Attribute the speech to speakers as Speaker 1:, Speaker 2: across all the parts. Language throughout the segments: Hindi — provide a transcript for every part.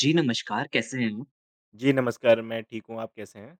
Speaker 1: जी, नमस्कार, कैसे हैं आप?
Speaker 2: जी, नमस्कार, मैं ठीक हूँ, आप कैसे हैं?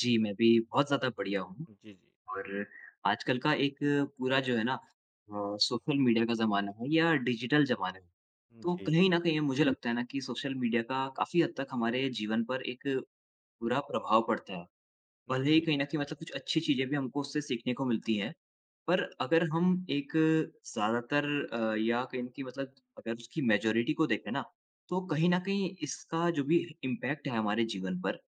Speaker 1: जी, मैं भी बहुत ज़्यादा बढ़िया हूँ
Speaker 2: जी, जी।
Speaker 1: और आजकल का एक पूरा जो है ना सोशल मीडिया का ज़माना है या डिजिटल ज़माना है, तो
Speaker 2: जी,
Speaker 1: कहीं न कहीं मुझे हुँ। लगता है ना कि सोशल मीडिया का काफ़ी हद तक हमारे जीवन पर एक बुरा प्रभाव पड़ता है। भले ही
Speaker 2: जी।
Speaker 1: कहीं न कहीं मतलब कुछ अच्छी चीज़ें भी हमको उससे सीखने को मिलती हैं, पर अगर हम एक ज़्यादातर या कहीं न कहीं मतलब अगर उसकी मेजॉरिटी को देखें ना, तो कहीं न कहीं इसका जो भी इम्पैक्ट है हमारे जीवन पर,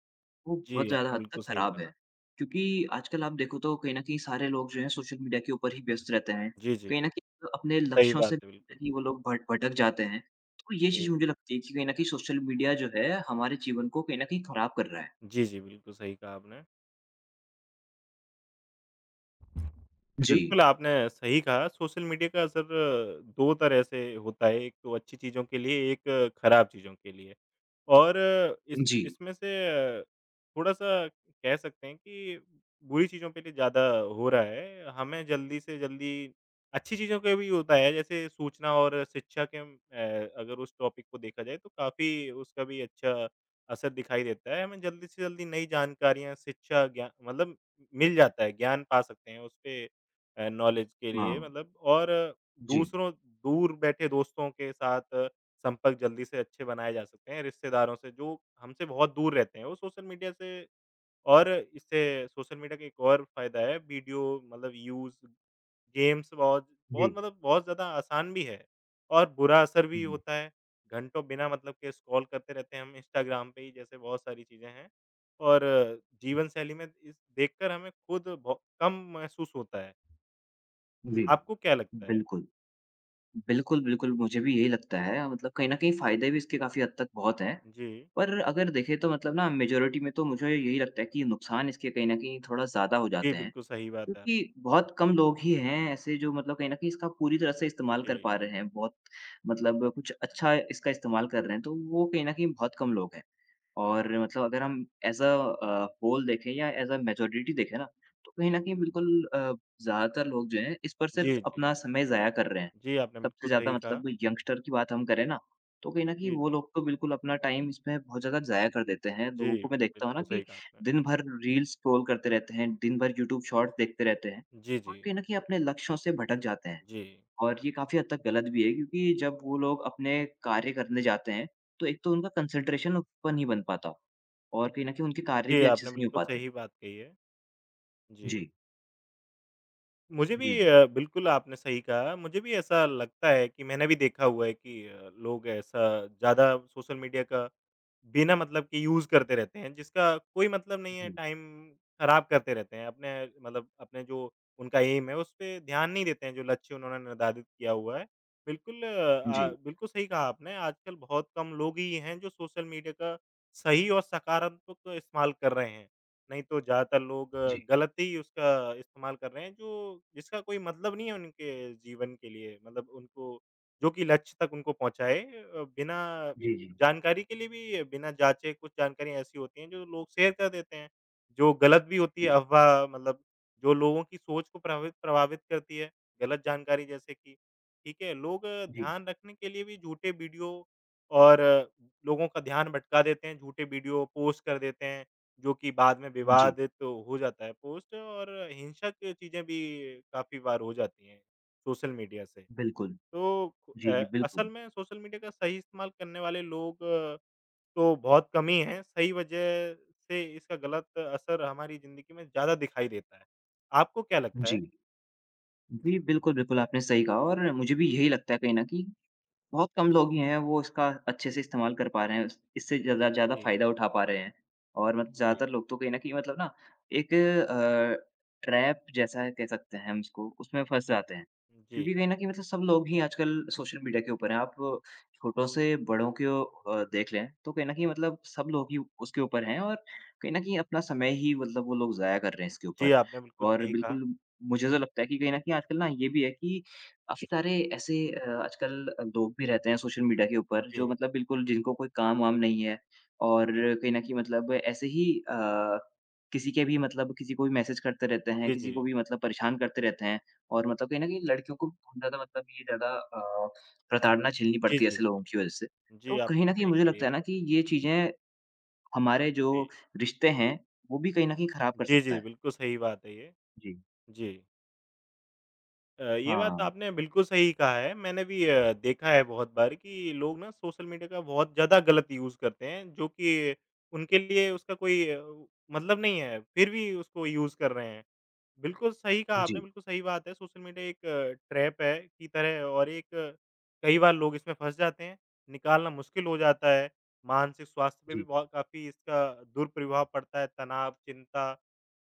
Speaker 1: वो बहुत
Speaker 2: जी,
Speaker 1: ज़्यादा
Speaker 2: आपने
Speaker 1: हद तक
Speaker 2: बिल्कुल सही
Speaker 1: खराब है।
Speaker 2: कहा।
Speaker 1: क्योंकि आजकल आप देखो तो कहीं न कहीं सारे लोग जो हैं सोशल मीडिया के ऊपर ही व्यस्त रहते हैं।
Speaker 2: जी, जी,
Speaker 1: कहीं न कहीं अपने
Speaker 2: सही
Speaker 1: लक्ष्यों से
Speaker 2: बात है बिल्कुल।
Speaker 1: ही वो लोग भट भटक जाते हैं। तो ये
Speaker 2: जी,
Speaker 1: चीज़ मुझे लगती है कि कहीं न कहीं सोशल मीडिया जो है हमारे जीवन को कहीं न कहीं खराब कर रहा है।
Speaker 2: जी, जी, बिल्कुल सही कहा आपने।
Speaker 1: जी,
Speaker 2: बिल्कुल, आपने सही कहा, सोशल मीडिया का असर 2 तरह से होता है, एक तो अच्छी चीज़ों के लिए, एक खराब चीज़ों के लिए। और इस
Speaker 1: जी।
Speaker 2: इसमें से थोड़ा-सा कह सकते हैं कि बुरी चीज़ों पे भी ज़्यादा हो रहा है। हमें जल्दी से जल्दी अच्छी चीज़ों का भी होता है जैसे सूचना और शिक्षा के अगर उस टॉपिक को देखा जाए तो काफ़ी उसका भी अच्छा असर दिखाई देता है। हमें जल्दी से जल्दी नई जानकारियाँ, शिक्षा, ज्ञा मतलब मिल जाता है, ज्ञान पा सकते हैं उस पे नॉलेज के लिए
Speaker 1: हाँ।
Speaker 2: मतलब और
Speaker 1: जी,
Speaker 2: दूसरों दूर बैठे दोस्तों के साथ संपर्क जल्दी से अच्छे बनाए जा सकते हैं रिश्तेदारों से जो हमसे बहुत दूर रहते हैं। वो सोशल मीडिया से और इससे सोशल मीडिया का एक और फ़ायदा है वीडियो मतलब यूज़, गेम्स बहुत
Speaker 1: जी।
Speaker 2: बहुत मतलब बहुत ज़्यादा आसान भी है और बुरा असर
Speaker 1: हुँ,
Speaker 2: भी
Speaker 1: हुँ।
Speaker 2: होता है। घंटों बिना मतलब के स्क्रॉल करते रहते हैं हम इंस्टाग्राम पे ही जैसे बहुत सारी चीज़ें हैं और जीवन शैली में इस देखकर हमें खुद बहु कम महसूस होता है।
Speaker 1: जी।
Speaker 2: आपको क्या लगता है?
Speaker 1: बिल्कुल। बिल्कुल, बिल्कुल, मुझे भी यही लगता है मतलब कहीं न कहीं फ़ायदे भी इसके काफ़ी हद तक बहुत हैं।
Speaker 2: जी।
Speaker 1: पर अगर देखें तो मतलब ना मेजॉरिटी में तो मुझे यही लगता है कि नुकसान इसके कहीं न कहीं थोड़ा ज़्यादा हो
Speaker 2: जी,
Speaker 1: जाते हैं।
Speaker 2: बिल्कुल सही बात है आपकी।
Speaker 1: क्योंकि बहुत कम लोग ही हैं ऐसे जो मतलब कहीं न कहीं इसका पूरी तरह से इस्तेमाल कर
Speaker 2: जी।
Speaker 1: पा रहे हैं। बहुत मतलब कुछ अच्छा इसका इस्तेमाल कर रहे हैं, तो वो कहीं न कहीं बहुत कम लोग हैं। और मतलब अगर हम एज़ अ होल देखें या एज़ अ मेजॉरिटी देखें ना, तो कहीं न कहीं बिल्कुल ज़्यादातर लोग जो हैं, इस पर सिर्फ़
Speaker 2: जी, जी।
Speaker 1: अपना समय ज़ाया कर रहे हैं।
Speaker 2: जी, आपने
Speaker 1: सबसे
Speaker 2: बिल्कुल सही
Speaker 1: ज़्यादा
Speaker 2: कहा।
Speaker 1: मतलब यंगस्टर की बात हम करें ना, तो कहीं न कहीं
Speaker 2: जी,
Speaker 1: वो
Speaker 2: जी।
Speaker 1: लोग तो बिल्कुल अपना टाइम इसमें बहुत ज़्यादा ज़ाया कर देते हैं। लोगों
Speaker 2: जी,
Speaker 1: को मैं देखता हूँ ना
Speaker 2: बिल्कुल सही
Speaker 1: कि
Speaker 2: कहा आपने।
Speaker 1: दिन भर रील्स स्क्रॉल करते रहते हैं, दिन भर यूट्यूब शॉर्ट्स देखते रहते हैं
Speaker 2: जी,
Speaker 1: और
Speaker 2: जी।
Speaker 1: कहीं न कहीं अपने लक्ष्यों से भटक जाते हैं।
Speaker 2: जी।
Speaker 1: और ये काफ़ी हद तक गलत भी है क्योंकि जब वो लोग अपने कार्य करने जाते हैं, तो एक तो उनका कंसंट्रेशन उस पर नहीं बन पाता और कहीं न कहीं उनके कार्य
Speaker 2: जी,
Speaker 1: भी अच्छे
Speaker 2: आपने
Speaker 1: से नहीं हो
Speaker 2: बिल्कुल
Speaker 1: पाते।
Speaker 2: सही बात कही है। जी।
Speaker 1: जी,
Speaker 2: मुझे भी
Speaker 1: जी,
Speaker 2: बिल्कुल आपने सही कहा। मुझे भी ऐसा लगता है कि मैंने भी देखा हुआ है कि लोग ऐसा ज़्यादा सोशल मीडिया का बिना मतलब के यूज़ करते रहते हैं, जिसका कोई मतलब नहीं है,
Speaker 1: जी,
Speaker 2: टाइम खराब करते रहते हैं। अपने मतलब अपने जो उनका एम है, उस पे ध्यान नहीं देते हैं, जो लक्ष्य उन्होंने निर्धारित किया हुआ है। बिल्कुल अ,
Speaker 1: जी,
Speaker 2: बिल्कुल सही कहा आपने, आजकल बहुत कम लोग ही हैं जो सोशल मीडिया का सही और सकारात्मक इस्तेमाल कर रहे हैं। नहीं तो ज़्यादातर लोग
Speaker 1: जी,
Speaker 2: गलत ही उसका इस्तेमाल कर रहे हैं जो जिसका कोई मतलब नहीं है उनके जीवन के लिए मतलब उनको जो कि लक्ष्य तक उनको पहुँचाए बिना
Speaker 1: जी, जी,
Speaker 2: जानकारी के लिए भी बिना जाँचे कुछ जानकारियाँ ऐसी होती हैं जो लोग शेयर कर देते हैं, जो गलत भी होती है
Speaker 1: जी,
Speaker 2: अफ़वाह मतलब जो लोगों की सोच को प्रभावित प्रभावित करती है, गलत जानकारी जैसे कि, ठीक है? लोग
Speaker 1: जी,
Speaker 2: ध्यान रखने के लिए भी झूठे वीडियो और लोगों का ध्यान भटका देते हैं, झूठे वीडियो पोस्ट कर देते हैं। जो कि बाद में
Speaker 1: जी,
Speaker 2: विवादित हो जाता है पोस्ट और हिंसक चीज़ें भी काफ़ी बार हो जाती हैं सोशल मीडिया से।
Speaker 1: बिल्कुल।
Speaker 2: तो अ,
Speaker 1: जी, जी, बिल्कुल।
Speaker 2: असल में सोशल मीडिया का सही इस्तेमाल करने वाले लोग तो बहुत कम ही हैं, सही वजह से इसका गलत असर हमारी ज़िंदगी में ज़्यादा दिखाई देता है। आपको क्या लगता है?
Speaker 1: जी, जी, बिल्कुल, बिल्कुल आपने सही कहा और मुझे भी यही लगता है कहीं न कहीं बहुत कम लोग ही हैं वो इसका अच्छे से इस्तेमाल कर पा रहे हैं। इस इससे ज़्यादा ज़्यादा
Speaker 2: जी,
Speaker 1: फ़ायदा उठा पा रहे हैं और मतलब
Speaker 2: जी,
Speaker 1: ज़्यादातर लोग तो कहीं न कहीं मतलब ना एक ट्रैप जैसा कह सकते हैं हम इसको, उसमें फँस जाते हैं।
Speaker 2: जी।
Speaker 1: क्योंकि कहीं न कहीं मतलब सब लोग ही आजकल सोशल मीडिया के ऊपर हैं। आप छोटों से बड़ों को देख लें तो कहीं न कहीं मतलब सब लोग ही उसके ऊपर हैं और कहीं न कहीं अपना समय ही मतलब वो लोग ज़ाया कर रहे हैं इसके
Speaker 2: जी,
Speaker 1: ऊपर।
Speaker 2: आपने बिल्कुल
Speaker 1: और
Speaker 2: सही कहा।
Speaker 1: बिल्कुल मुझे तो लगता है कि कहीं न कहीं आजकल ना ये भी है कि काफ़ी सारे ऐसे आजकल लोग भी रहते हैं सोशल मीडिया के ऊपर जो
Speaker 2: जी,
Speaker 1: मतलब बिल्कुल जिनको कोई काम-वाम नहीं है और
Speaker 2: जी, जी।
Speaker 1: कहीं न कहीं मतलब ऐसे ही अ, किसी के भी मतलब किसी को भी मैसेज करते रहते हैं,
Speaker 2: जी,
Speaker 1: किसी
Speaker 2: जी।
Speaker 1: को भी मतलब परेशान करते रहते हैं और मतलब कहीं न कहीं लड़कियों को बहुत ज़्यादा मतलब ये ज़्यादा प्रताड़ना झेलनी
Speaker 2: जी,
Speaker 1: पड़ती है
Speaker 2: जी,
Speaker 1: ऐसे लोगों की
Speaker 2: जी।
Speaker 1: वजह से।
Speaker 2: जी,
Speaker 1: तो
Speaker 2: आपने
Speaker 1: कहीं न कहीं
Speaker 2: सही
Speaker 1: मुझे
Speaker 2: कहा ये
Speaker 1: लगता है ना
Speaker 2: बात।
Speaker 1: कि ये चीज़ें हमारे जो
Speaker 2: जी।
Speaker 1: रिश्ते हैं, वो भी कहीं न कहीं खराब कर
Speaker 2: जी,
Speaker 1: सकता
Speaker 2: जी,
Speaker 1: है।
Speaker 2: बिल्कुल सही बात है ये।
Speaker 1: जी।
Speaker 2: जी। ये बात तो
Speaker 1: हाँ।
Speaker 2: आपने बिल्कुल सही कहा है। मैंने भी देखा है बहुत बार कि लोग ना सोशल मीडिया का बहुत ज़्यादा गलत यूज़ करते हैं, जो कि उनके लिए उसका कोई मतलब नहीं है, फिर भी उसको यूज़ कर रहे हैं। बिल्कुल सही कहा आपने,
Speaker 1: जी,
Speaker 2: बिल्कुल सही बात है, सोशल मीडिया एक ट्रैप है की तरह है और कई बार लोग इसमें फँस जाते हैं, निकालना मुश्किल हो जाता है। मानसिक स्वास्थ्य पे भी
Speaker 1: जी।
Speaker 2: बहुत काफ़ी इसका दुष्प्रभाव पड़ता है, तनाव, चिंता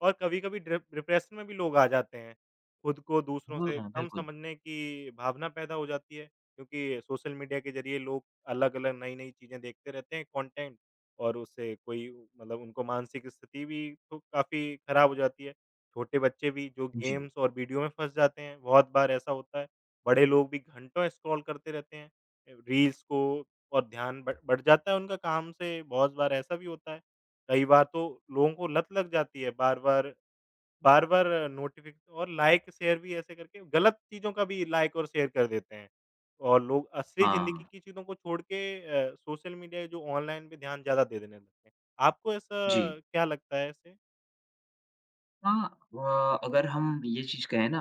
Speaker 2: और कभी-कभी डिप्रेशन में भी लोग आ जाते हैं। खुद को दूसरों
Speaker 1: हाँ,
Speaker 2: से
Speaker 1: हाँ,
Speaker 2: कम
Speaker 1: बिल्कुल।
Speaker 2: समझने की भावना पैदा हो जाती है, क्योंकि सोशल मीडिया के ज़रिए लोग अलग-अलग, नई-नई चीज़ें देखते रहते हैं कंटेंट और उससे कोई मतलब उनको मानसिक स्थिति भी तो काफ़ी खराब हो जाती है। छोटे बच्चे भी जो
Speaker 1: जी।
Speaker 2: गेम्स और वीडियो में फँस जाते हैं, बहुत बार ऐसा होता है। बड़े लोग भी घंटों स्क्रॉल करते रहते हैं, रील्स को और ध्यान बट जाता है उनका काम से, बहुत बार ऐसा भी होता है। कई बार तो लोगों को लत लग जाती है बार-बार, बार-बार नोटिफि और लाइक शेयर भी ऐसे करके गलत चीज़ों का भी लाइक और शेयर कर देते हैं। और लोग असली ज़िंदगी
Speaker 1: हाँ।
Speaker 2: की चीज़ों को छोड़ के सोशल मीडिया जो ऑनलाइन पे ध्यान ज़्यादा दे देने लगते हैं। आपको
Speaker 1: जी।
Speaker 2: ऐसा क्या लगता है ऐसे?
Speaker 1: हाँ, अगर हम ये चीज़ कहें ना,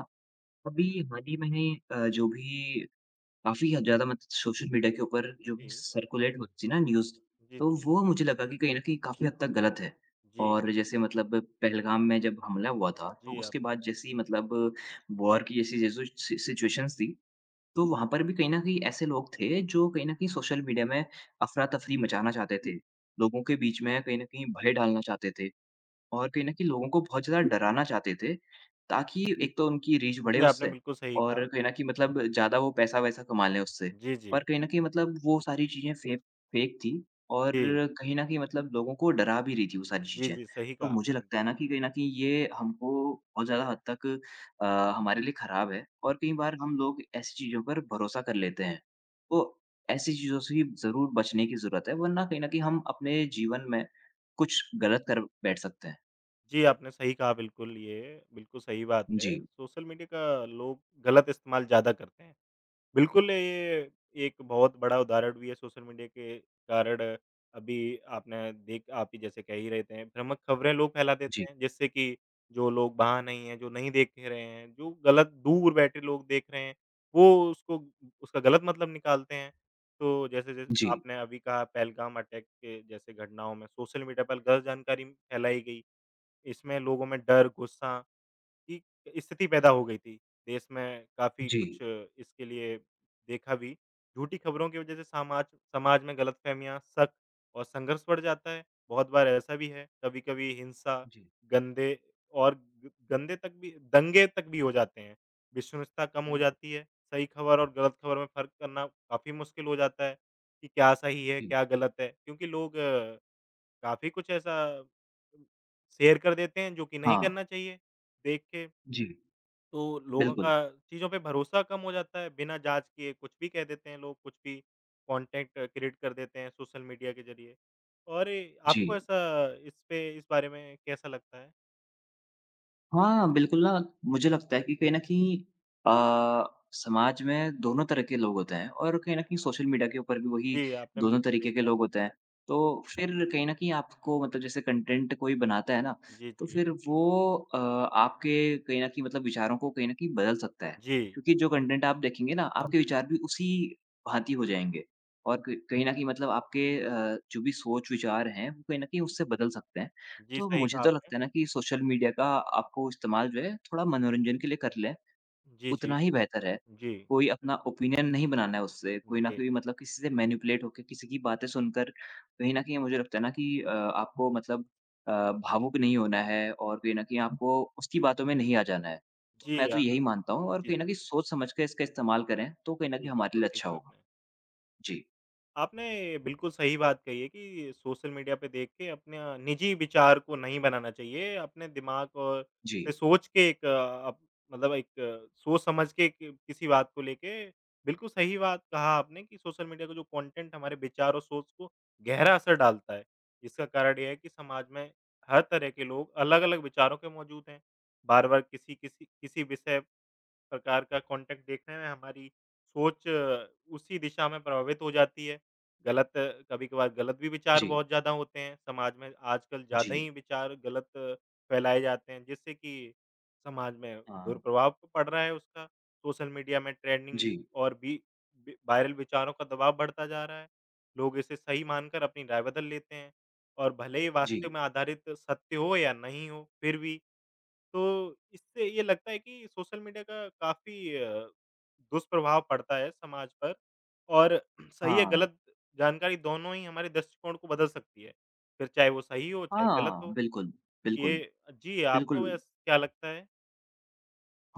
Speaker 1: अभी हाल ही में ही जो भी काफ़ी ह ज़्यादा मतलब सोशल मीडिया के ऊपर जो भी
Speaker 2: जी।
Speaker 1: सर्कुलेट होती थी ना न्यूज़,
Speaker 2: जी,
Speaker 1: तो
Speaker 2: जी।
Speaker 1: वो मुझे लगा कि कहीं न कहीं काफ़ी हद तक गलत है।
Speaker 2: जी,
Speaker 1: और जैसे मतलब पहलगाम में जब हमला हुआ था, तो
Speaker 2: जी, आप
Speaker 1: उसके बाद जैसी मतलब वॉर की जैसी जैसी सि सिचुएशंस थी, तो वहाँ पर भी कहीं न कहीं ऐसे लोग थे जो कहीं न कहीं सोशल मीडिया में अफ़रा-तफ़री मचाना चाहते थे। लोगों के बीच में कहीं न कहीं भय डालना चाहते थे। और कहीं न कहीं लोगों को बहुत ज़्यादा डराना चाहते थे, ताकि एक तो उनकी रीच बढ़े
Speaker 2: जी, आपने
Speaker 1: उससे
Speaker 2: बिल्कुल सही
Speaker 1: और
Speaker 2: कहा।
Speaker 1: कहीं न कहीं मतलब ज़्यादा वो पैसा-वैसा कमा लें उससे।
Speaker 2: जी, जी।
Speaker 1: पर कहीं न कहीं मतलब वो सारी चीज़ें फेक फेक थी और
Speaker 2: जी।
Speaker 1: कहीं न कहीं मतलब लोगों को डरा भी रही थी वो सारी
Speaker 2: जी,
Speaker 1: चीज़ें।
Speaker 2: जी, सही कहा
Speaker 1: तो मुझे
Speaker 2: आपने।
Speaker 1: लगता है ना कि कहीं न कहीं ये हमको बहुत ज़्यादा हद तक अ, हमारे लिए ख़राब है और कई बार हम लोग ऐसी चीज़ों पर भरोसा कर लेते हैं। तो ऐसी चीज़ों से ज़रूर बचने की ज़रूरत है वरना कहीं न कहीं हम अपने जीवन में कुछ गलत कर बैठ सकते हैं।
Speaker 2: जी, आपने सही कहा बिल्कुल ये, बिल्कुल सही बात
Speaker 1: जी,
Speaker 2: है। सोशल मीडिया का लोग गलत इस्तेमाल ज़्यादा करते हैं। बिल्कुल, ये एक बहुत बड़ा उदाहरण भी है सोशल मीडिया के कारण अभी आपने देख आप ही जैसे कह ही रहे थे, भ्रामक खबरें लोग फैला देते
Speaker 1: जी,
Speaker 2: हैं, जिससे कि जो लोग वहाँ नहीं हैं, जो नहीं देख रहे हैं, जो गलत दूर बैठे लोग देख रहे हैं, वो उसको उसका गलत मतलब निकालते हैं। तो जैसे जैसे
Speaker 1: जी,
Speaker 2: आपने अभी कहा पहलगाम अटैक के जैसे घटनाओं में सोशल मीडिया पर गलत जानकारी फैलाई गई, इसमें लोगों में डर, गुस्सा की स्थिति पैदा हो गई थी। देश में काफ़ी
Speaker 1: जी,
Speaker 2: कुछ इसके लिए देखा भी। झूठी खबरों की वज़ह से सामाज समाज में गलतफ़हमियाँ, शक और संघर्ष बढ़ जाता है। बहुत बार ऐसा भी है, कभी-कभी हिंसा,
Speaker 1: जी,
Speaker 2: गंदे और ग गंदे तक भी दंगे तक भी हो जाते हैं। विश्वसनीयता कम हो
Speaker 1: बिल्कुल,
Speaker 2: जाती है। सही खबर और गलत खबर में फ़र्क करना काफ़ी मुश्किल हो जाता है कि क्या सही है,
Speaker 1: जी,
Speaker 2: क्या गलत है। क्योंकि लोग काफ़ी कुछ ऐसा शेयर कर देते हैं जो कि नहीं
Speaker 1: हाँ,
Speaker 2: करना चाहिए, देख के।
Speaker 1: जी,
Speaker 2: तो लोगों का
Speaker 1: बिल्कुल,
Speaker 2: चीज़ों पे भरोसा कम हो जाता है, बिना जाँच किए कुछ भी कह देते हैं लोग, कुछ भी कॉन्टेंट क्रिएट कर देते हैं सोशल मीडिया के ज़रिए। और ये
Speaker 1: जी।
Speaker 2: आपको ऐसा इस पे इस बारे में कैसा लगता है?
Speaker 1: हाँ, बिल्कुल ना मुझे लगता है कि कहीं न कहीं अ, समाज में दोनों तरह के लोग होते हैं और कहीं न कहीं सोशल मीडिया के ऊपर भी वही
Speaker 2: जी, आपने
Speaker 1: दोनों
Speaker 2: बिल्कुल सही
Speaker 1: तरीके के
Speaker 2: कहा।
Speaker 1: लोग होते हैं। तो फिर कहीं न कहीं आपको मतलब जैसे कंटेंट कोई बनाता है ना,
Speaker 2: जी,
Speaker 1: तो
Speaker 2: जी।
Speaker 1: फिर वो आपके कहीं न कहीं मतलब विचारों को कहीं न कहीं बदल सकता है।
Speaker 2: जी,
Speaker 1: क्योंकि जो कंटेंट आप देखेंगे ना, हाँ। आपके विचार भी उसी भाँति हो जाएंगे और क कहीं न कहीं मतलब आपके जो भी सोच-विचार हैं, वो कहीं न कहीं उससे बदल सकते हैं।
Speaker 2: जी,
Speaker 1: तो
Speaker 2: सही
Speaker 1: मुझे
Speaker 2: कहा
Speaker 1: तो
Speaker 2: आपने।
Speaker 1: लगता है ना कि सोशल मीडिया का आपको इस्तेमाल जो है थोड़ा मनोरंजन के लिए कर लें,
Speaker 2: जी, जी।
Speaker 1: उतना ही बेहतर है।
Speaker 2: जी,
Speaker 1: कोई अपना ओपिनियन नहीं बनाना है उससे, कोई ना
Speaker 2: जी।
Speaker 1: कोई मतलब किसी से मैनिपुलेट होके किसी की बातें सुनकर कहीं न कहीं मुझे लगता है ना कि आपको मतलब भावुक नहीं होना है और कहीं न कहीं आपको उसकी बातों में नहीं आ जाना है। तो
Speaker 2: जी,
Speaker 1: मैं तो
Speaker 2: अ,
Speaker 1: यही मानता हूँ और
Speaker 2: जी,
Speaker 1: कहीं न कहीं सोच समझ के इसका इस्तेमाल करें, तो कहीं न
Speaker 2: जी,
Speaker 1: कहीं हमारे
Speaker 2: बिल्कुल
Speaker 1: लिए
Speaker 2: सही
Speaker 1: अच्छा
Speaker 2: कहा
Speaker 1: होगा।
Speaker 2: आपने।
Speaker 1: जी,
Speaker 2: आपने बिल्कुल सही बात कही है कि सोशल मीडिया पे देख के अपने निजी विचार को नहीं बनाना चाहिए। अपने दिमाग और
Speaker 1: जी,
Speaker 2: पे सोच के एक सोच समझ के कि किसी बात को लेके बिल्कुल सही बात कहा आपने कि सोशल मीडिया का जो कंटेंट हमारे विचार और सोच को गहरा असर डालता है। इसका कारण ये है कि समाज में हर तरह के लोग अलग-अलग विचारों के मौजूद हैं। बार-बार किसी किसी किसी विषय प्रकार का कंटेंट देखने में हमारी सोच उसी दिशा में प्रभावित हो जाती है। गलत कभी-कभार गलत भी विचार
Speaker 1: जी,
Speaker 2: बहुत ज़्यादा होते हैं, समाज में आजकल ज़्यादा
Speaker 1: जी,
Speaker 2: ही विचार गलत फैलाए जाते हैं, जिससे कि समाज में
Speaker 1: हाँ,
Speaker 2: दुष्प्रभाव तो पड़ रहा है उसका। सोशल मीडिया में ट्रेंडिंग
Speaker 1: जी,
Speaker 2: और भी वी वायरल विचारों का दबाव बढ़ता जा रहा है। लोग इसे सही मानकर अपनी राय बदल लेते हैं और भले ही वास्तव
Speaker 1: जी,
Speaker 2: में आधारित सत्य हो या नहीं हो, फिर भी तो इससे ये लगता है कि सोशल मीडिया का काफ़ी दुष्प्रभाव पड़ता है समाज पर और सही या
Speaker 1: हाँ,
Speaker 2: गलत जानकारी दोनों ही हमारे दृष्टिकोण को बदल सकती है, फिर चाहे वो सही हो, चाहे गलत हो।
Speaker 1: हाँ, बिल्कुल, बिल्कुल।
Speaker 2: ये जी, आपको
Speaker 1: बिल्कुल।
Speaker 2: वैस क्या लगता है?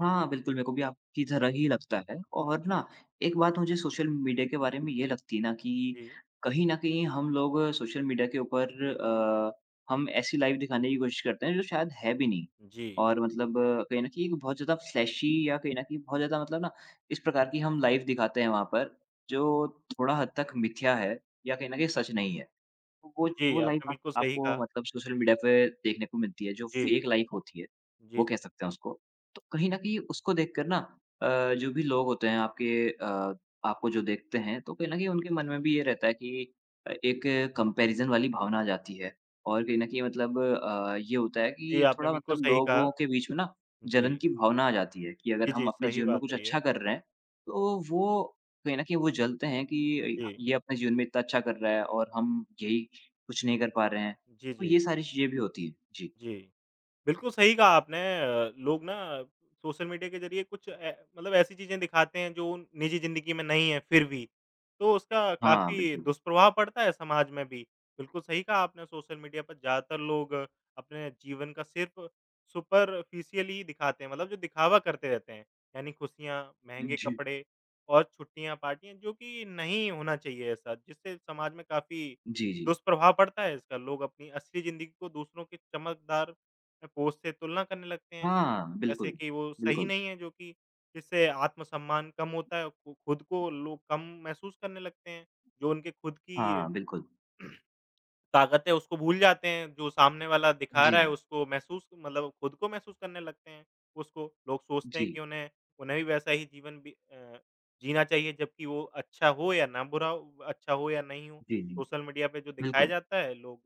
Speaker 1: हाँ, बिल्कुल मेरे को भी आपकी तरह ही लगता है और ना एक बात मुझे सोशल मीडिया के बारे में ये लगती है ना कि
Speaker 2: जी।
Speaker 1: कहीं न कहीं हम लोग सोशल मीडिया के ऊपर
Speaker 2: जी।
Speaker 1: हम ऐसी लाइफ़ दिखाने की कोशिश करते हैं जो शायद है भी नहीं।
Speaker 2: जी।
Speaker 1: और मतलब कहीं न कहीं एक बहुत ज़्यादा फ्लैशी या कहीं न कहीं बहुत ज़्यादा मतलब ना इस प्रकार की हम लाइफ़ दिखाते हैं वहाँ पर, जो थोड़ा हद तक मिथ्या है या कहीं न कहीं सच नहीं है। तो वो
Speaker 2: जी,
Speaker 1: लाइफ
Speaker 2: आपने
Speaker 1: आप
Speaker 2: बिल्कुल सही
Speaker 1: आपको
Speaker 2: कहा।
Speaker 1: मतलब सोशल मीडिया पे देखने को मिलती है, जो
Speaker 2: जी,
Speaker 1: फेक लाइफ होती है, वो
Speaker 2: जी,
Speaker 1: कह सकते हैं उसको। तो कहीं न कहीं उसको देखकर ना जो भी लोग होते हैं आपके आपको जो देखते हैं, तो कहीं न कहीं उनके मन में भी ये रहता है कि एक कंपैरिज़न वाली भावना आ जाती है। और कहीं न कहीं मतलब ये होता है
Speaker 2: जी,
Speaker 1: कि
Speaker 2: आपने
Speaker 1: थोड़ा
Speaker 2: बिल्कुल
Speaker 1: मतलब
Speaker 2: सही कहा।
Speaker 1: लोगों के बीच में ना जलन
Speaker 2: जी।
Speaker 1: की भावना आ जाती है कि अगर
Speaker 2: जी,
Speaker 1: हम
Speaker 2: जी,
Speaker 1: अपने
Speaker 2: सही
Speaker 1: जीवन में
Speaker 2: बात
Speaker 1: कुछ
Speaker 2: है ये।
Speaker 1: अच्छा कर रहे हैं, तो वो कहीं न कहीं वो जलते हैं कि
Speaker 2: जी।
Speaker 1: ये अपने जीवन में इतना अच्छा कर रहा है और हम यही कुछ नहीं कर पा रहे हैं,
Speaker 2: जी,
Speaker 1: तो
Speaker 2: जी,
Speaker 1: ये सारी चीज़ें भी होती हैं। जी।
Speaker 2: जी। बिल्कुल सही कहा आपने लोग ना सोशल मीडिया के ज़रिए कुछ ए मतलब ऐसी चीज़ें दिखाते हैं जो उन निजी ज़िंदगी में नहीं है फिर भी, तो उसका
Speaker 1: हाँ,
Speaker 2: काफ़ी
Speaker 1: बिल्कुल।
Speaker 2: दुष्प्रभाव पड़ता है समाज में भी। बिल्कुल सही कहा आपने सोशल मीडिया पर ज़्यादातर लोग अपने जीवन का सिर्फ़ सुपरफिशियल ही दिखाते हैं, मतलब जो दिखावा करते रहते हैं। यानी खुशियाँ, महँगे
Speaker 1: जी।
Speaker 2: कपड़े और छुट्टियाँ, पार्टियाँ जो कि नहीं होना चाहिए ऐसा, जिससे समाज में काफ़ी
Speaker 1: जी, जी।
Speaker 2: दुष्प्रभाव पड़ता है इसका। लोग अपनी असली ज़िंदगी को दूसरों के चमकदार पोस्ट से तुलना करने लगते हैं।
Speaker 1: हाँ,
Speaker 2: जैसे
Speaker 1: बिल्कुल।
Speaker 2: कि वो सही
Speaker 1: बिल्कुल।
Speaker 2: नहीं है जो कि जिससे आत्मसम्मान कम होता है, खु खुद को लोग कम महसूस करने लगते हैं। जो उनके खुद की
Speaker 1: हाँ, बिल्कुल।
Speaker 2: ताकत है उसको भूल जाते हैं, जो सामने वाला दिखा
Speaker 1: जी,
Speaker 2: रहा है उसको महसूस मतलब खुद को महसूस करने लगते हैं उसको। लोग सोचते हैं
Speaker 1: जी,
Speaker 2: कि उन्हें उन्हें भी वैसा ही जीवन जीना चाहिए जबकि वो अच्छा हो या ना बुरा हो, अच्छा हो या नहीं हो।
Speaker 1: जी, जी।
Speaker 2: सोशल मीडिया पे जो दिखाया
Speaker 1: बिल्कुल।
Speaker 2: जाता है लोग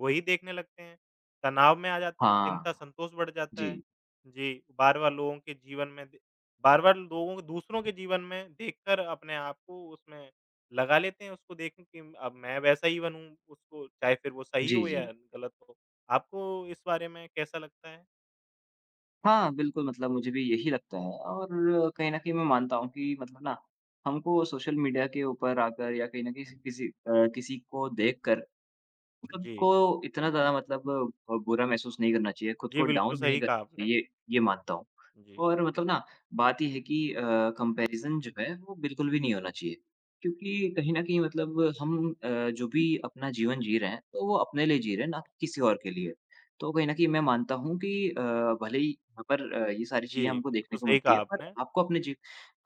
Speaker 2: वही देखने लगते हैं, तनाव में आ जाते हैं, चिंता,
Speaker 1: हाँ।
Speaker 2: संतोष बढ़ जाता है।
Speaker 1: जी।
Speaker 2: जी, बार-बार लोगों को दूसरों के जीवन में देखकर अपने आप को उसमें लगा लेते हैं, उसको देखें कि अब मैं वैसा ही बनूँ, उसको चाहे फिर वो सही
Speaker 1: जी,
Speaker 2: हो या
Speaker 1: जी।
Speaker 2: गलत हो। आपको इस बारे में कैसा लगता है?
Speaker 1: हाँ, बिल्कुल मतलब मुझे भी यही लगता है और कहीं न कहीं मैं मानता हूँ कि मतलब ना, हमको सोशल मीडिया के ऊपर आकर या कहीं न कहीं किसी किसी को देखकर खुद
Speaker 2: जी।
Speaker 1: को इतना ज़्यादा मतलब बुरा महसूस नहीं करना चाहिए, खुद
Speaker 2: जी,
Speaker 1: को
Speaker 2: बिल्कुल
Speaker 1: डाउन नहीं
Speaker 2: सही कहा
Speaker 1: करना
Speaker 2: आपने।
Speaker 1: चाहिए, ये मानता हूँ।
Speaker 2: जी।
Speaker 1: और मतलब ना बात ये है कि कंपैरिज़न जो है वो बिल्कुल भी नहीं होना चाहिए। क्योंकि कहीं न कहीं मतलब हम जो भी अपना जीवन जी रहे हैं, तो वो अपने लिए जी रहे हैं, ना कि किसी और के लिए। तो कहीं न कहीं मैं मानता हूँ कि भले ही यहाँ पर ये सारी चीज़ें
Speaker 2: जी,
Speaker 1: हमको
Speaker 2: बिल्कुल
Speaker 1: देखने को
Speaker 2: सही
Speaker 1: मिलती
Speaker 2: कहा
Speaker 1: है, पर
Speaker 2: आपने।
Speaker 1: आपको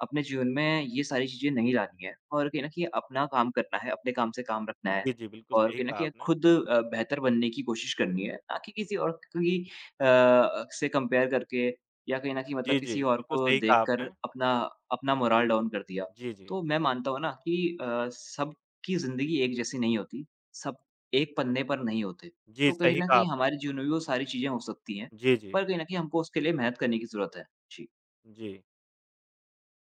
Speaker 1: अपने जीवन में ये सारी चीज़ें नहीं लानी है और कहीं न कहीं अपना काम करना है, अपने काम से काम रखना है।
Speaker 2: जी, जी, बिल्कुल
Speaker 1: और
Speaker 2: सही
Speaker 1: कहीं न
Speaker 2: कहा
Speaker 1: कहीं
Speaker 2: आपने।
Speaker 1: खुद बेहतर बनने की कोशिश करनी है, ना कि किसी और की से कंपेयर करके या कहीं न कहीं मतलब
Speaker 2: जी, जी,
Speaker 1: किसी और
Speaker 2: बिल्कुल
Speaker 1: को
Speaker 2: सही कहा
Speaker 1: देखकर
Speaker 2: आपने।
Speaker 1: अपना अपना मोरल डाउन कर दिया।
Speaker 2: जी, जी।
Speaker 1: तो मैं मानता हूँ ना कि सबकी ज़िंदगी एक जैसी नहीं होती, सब एक पन्ने पर नहीं होते।
Speaker 2: जी,
Speaker 1: तो कहीं
Speaker 2: सही
Speaker 1: न
Speaker 2: कहा
Speaker 1: कहीं
Speaker 2: आपने
Speaker 1: हमारे जीवन
Speaker 2: बिल्कुल।
Speaker 1: में भी वो सारी चीज़ें हो सकती हैं,
Speaker 2: जी, जी।
Speaker 1: पर कहीं न कहीं हमको उसके लिए मेहनत करने की ज़रूरत है। जी,
Speaker 2: जी।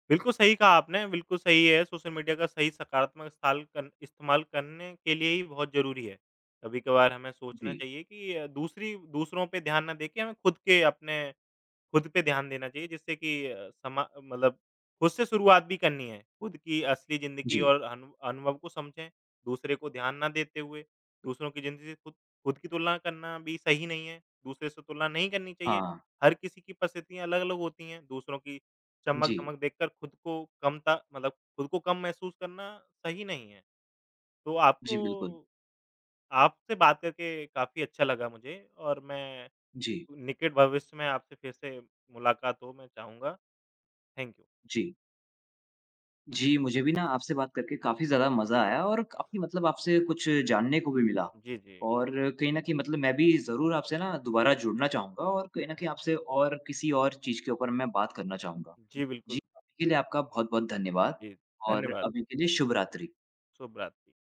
Speaker 2: बिल्कुल सही कहा आपने, बिल्कुल सही है, सोशल मीडिया का सही सकारात्मक इस्ताल कन इस्तेमाल करने के लिए ही बहुत ज़रूरी है। कभी-कभार हमें सोचना
Speaker 1: जी,
Speaker 2: चाहिए कि अ, दूसरी दूसरों पे ध्यान ना देके हमें खुद के अपने खुद पे ध्यान देना चाहिए जिससे कि अ, समा मतलब खुद से शुरुआत भी करनी है। खुद की असली ज़िंदगी
Speaker 1: जी।
Speaker 2: और अनुभव को समझें, दूसरे को ध्यान ना देते हुए। दूसरों की ज़िंदगी से खुद खुद की तुलना करना भी सही नहीं है, दूसरे से तुलना नहीं करनी चाहिए।
Speaker 1: हाँ,
Speaker 2: हर किसी की परिस्थितियाँ अलग-अलग होती हैं, दूसरों की
Speaker 1: जी,
Speaker 2: चमक-धमक देखकर खुद को कम महसूस करना सही नहीं है। तो
Speaker 1: जी
Speaker 2: आपको
Speaker 1: बिल्कुल।
Speaker 2: आपसे बात करके काफ़ी अच्छा लगा मुझे और मैं
Speaker 1: जी,
Speaker 2: निकट भविष्य में आपसे फिर से मुलाकात हो मैं चाहूँगा। Thank you.
Speaker 1: जी। जी, मुझे भी ना आपसे बात करके काफ़ी ज़्यादा मज़ा आया और काफ़ी मतलब आपसे कुछ जानने को भी मिला।
Speaker 2: जी, जी।
Speaker 1: और कहीं न कहीं मतलब मैं भी ज़रूर आपसे ना दोबारा जुड़ना चाहूँगा और कहीं न कहीं आपसे और किसी और चीज़ के ऊपर मैं बात करना चाहूँगा।
Speaker 2: जी,
Speaker 1: जी,
Speaker 2: बिल्कुल।
Speaker 1: अभी के लिए आपका बहुत-बहुत धन्यवाद
Speaker 2: जी,
Speaker 1: और
Speaker 2: धन्यवाद।
Speaker 1: अभी के लिए शुभ रात्रि।
Speaker 2: शुभ रात्रि।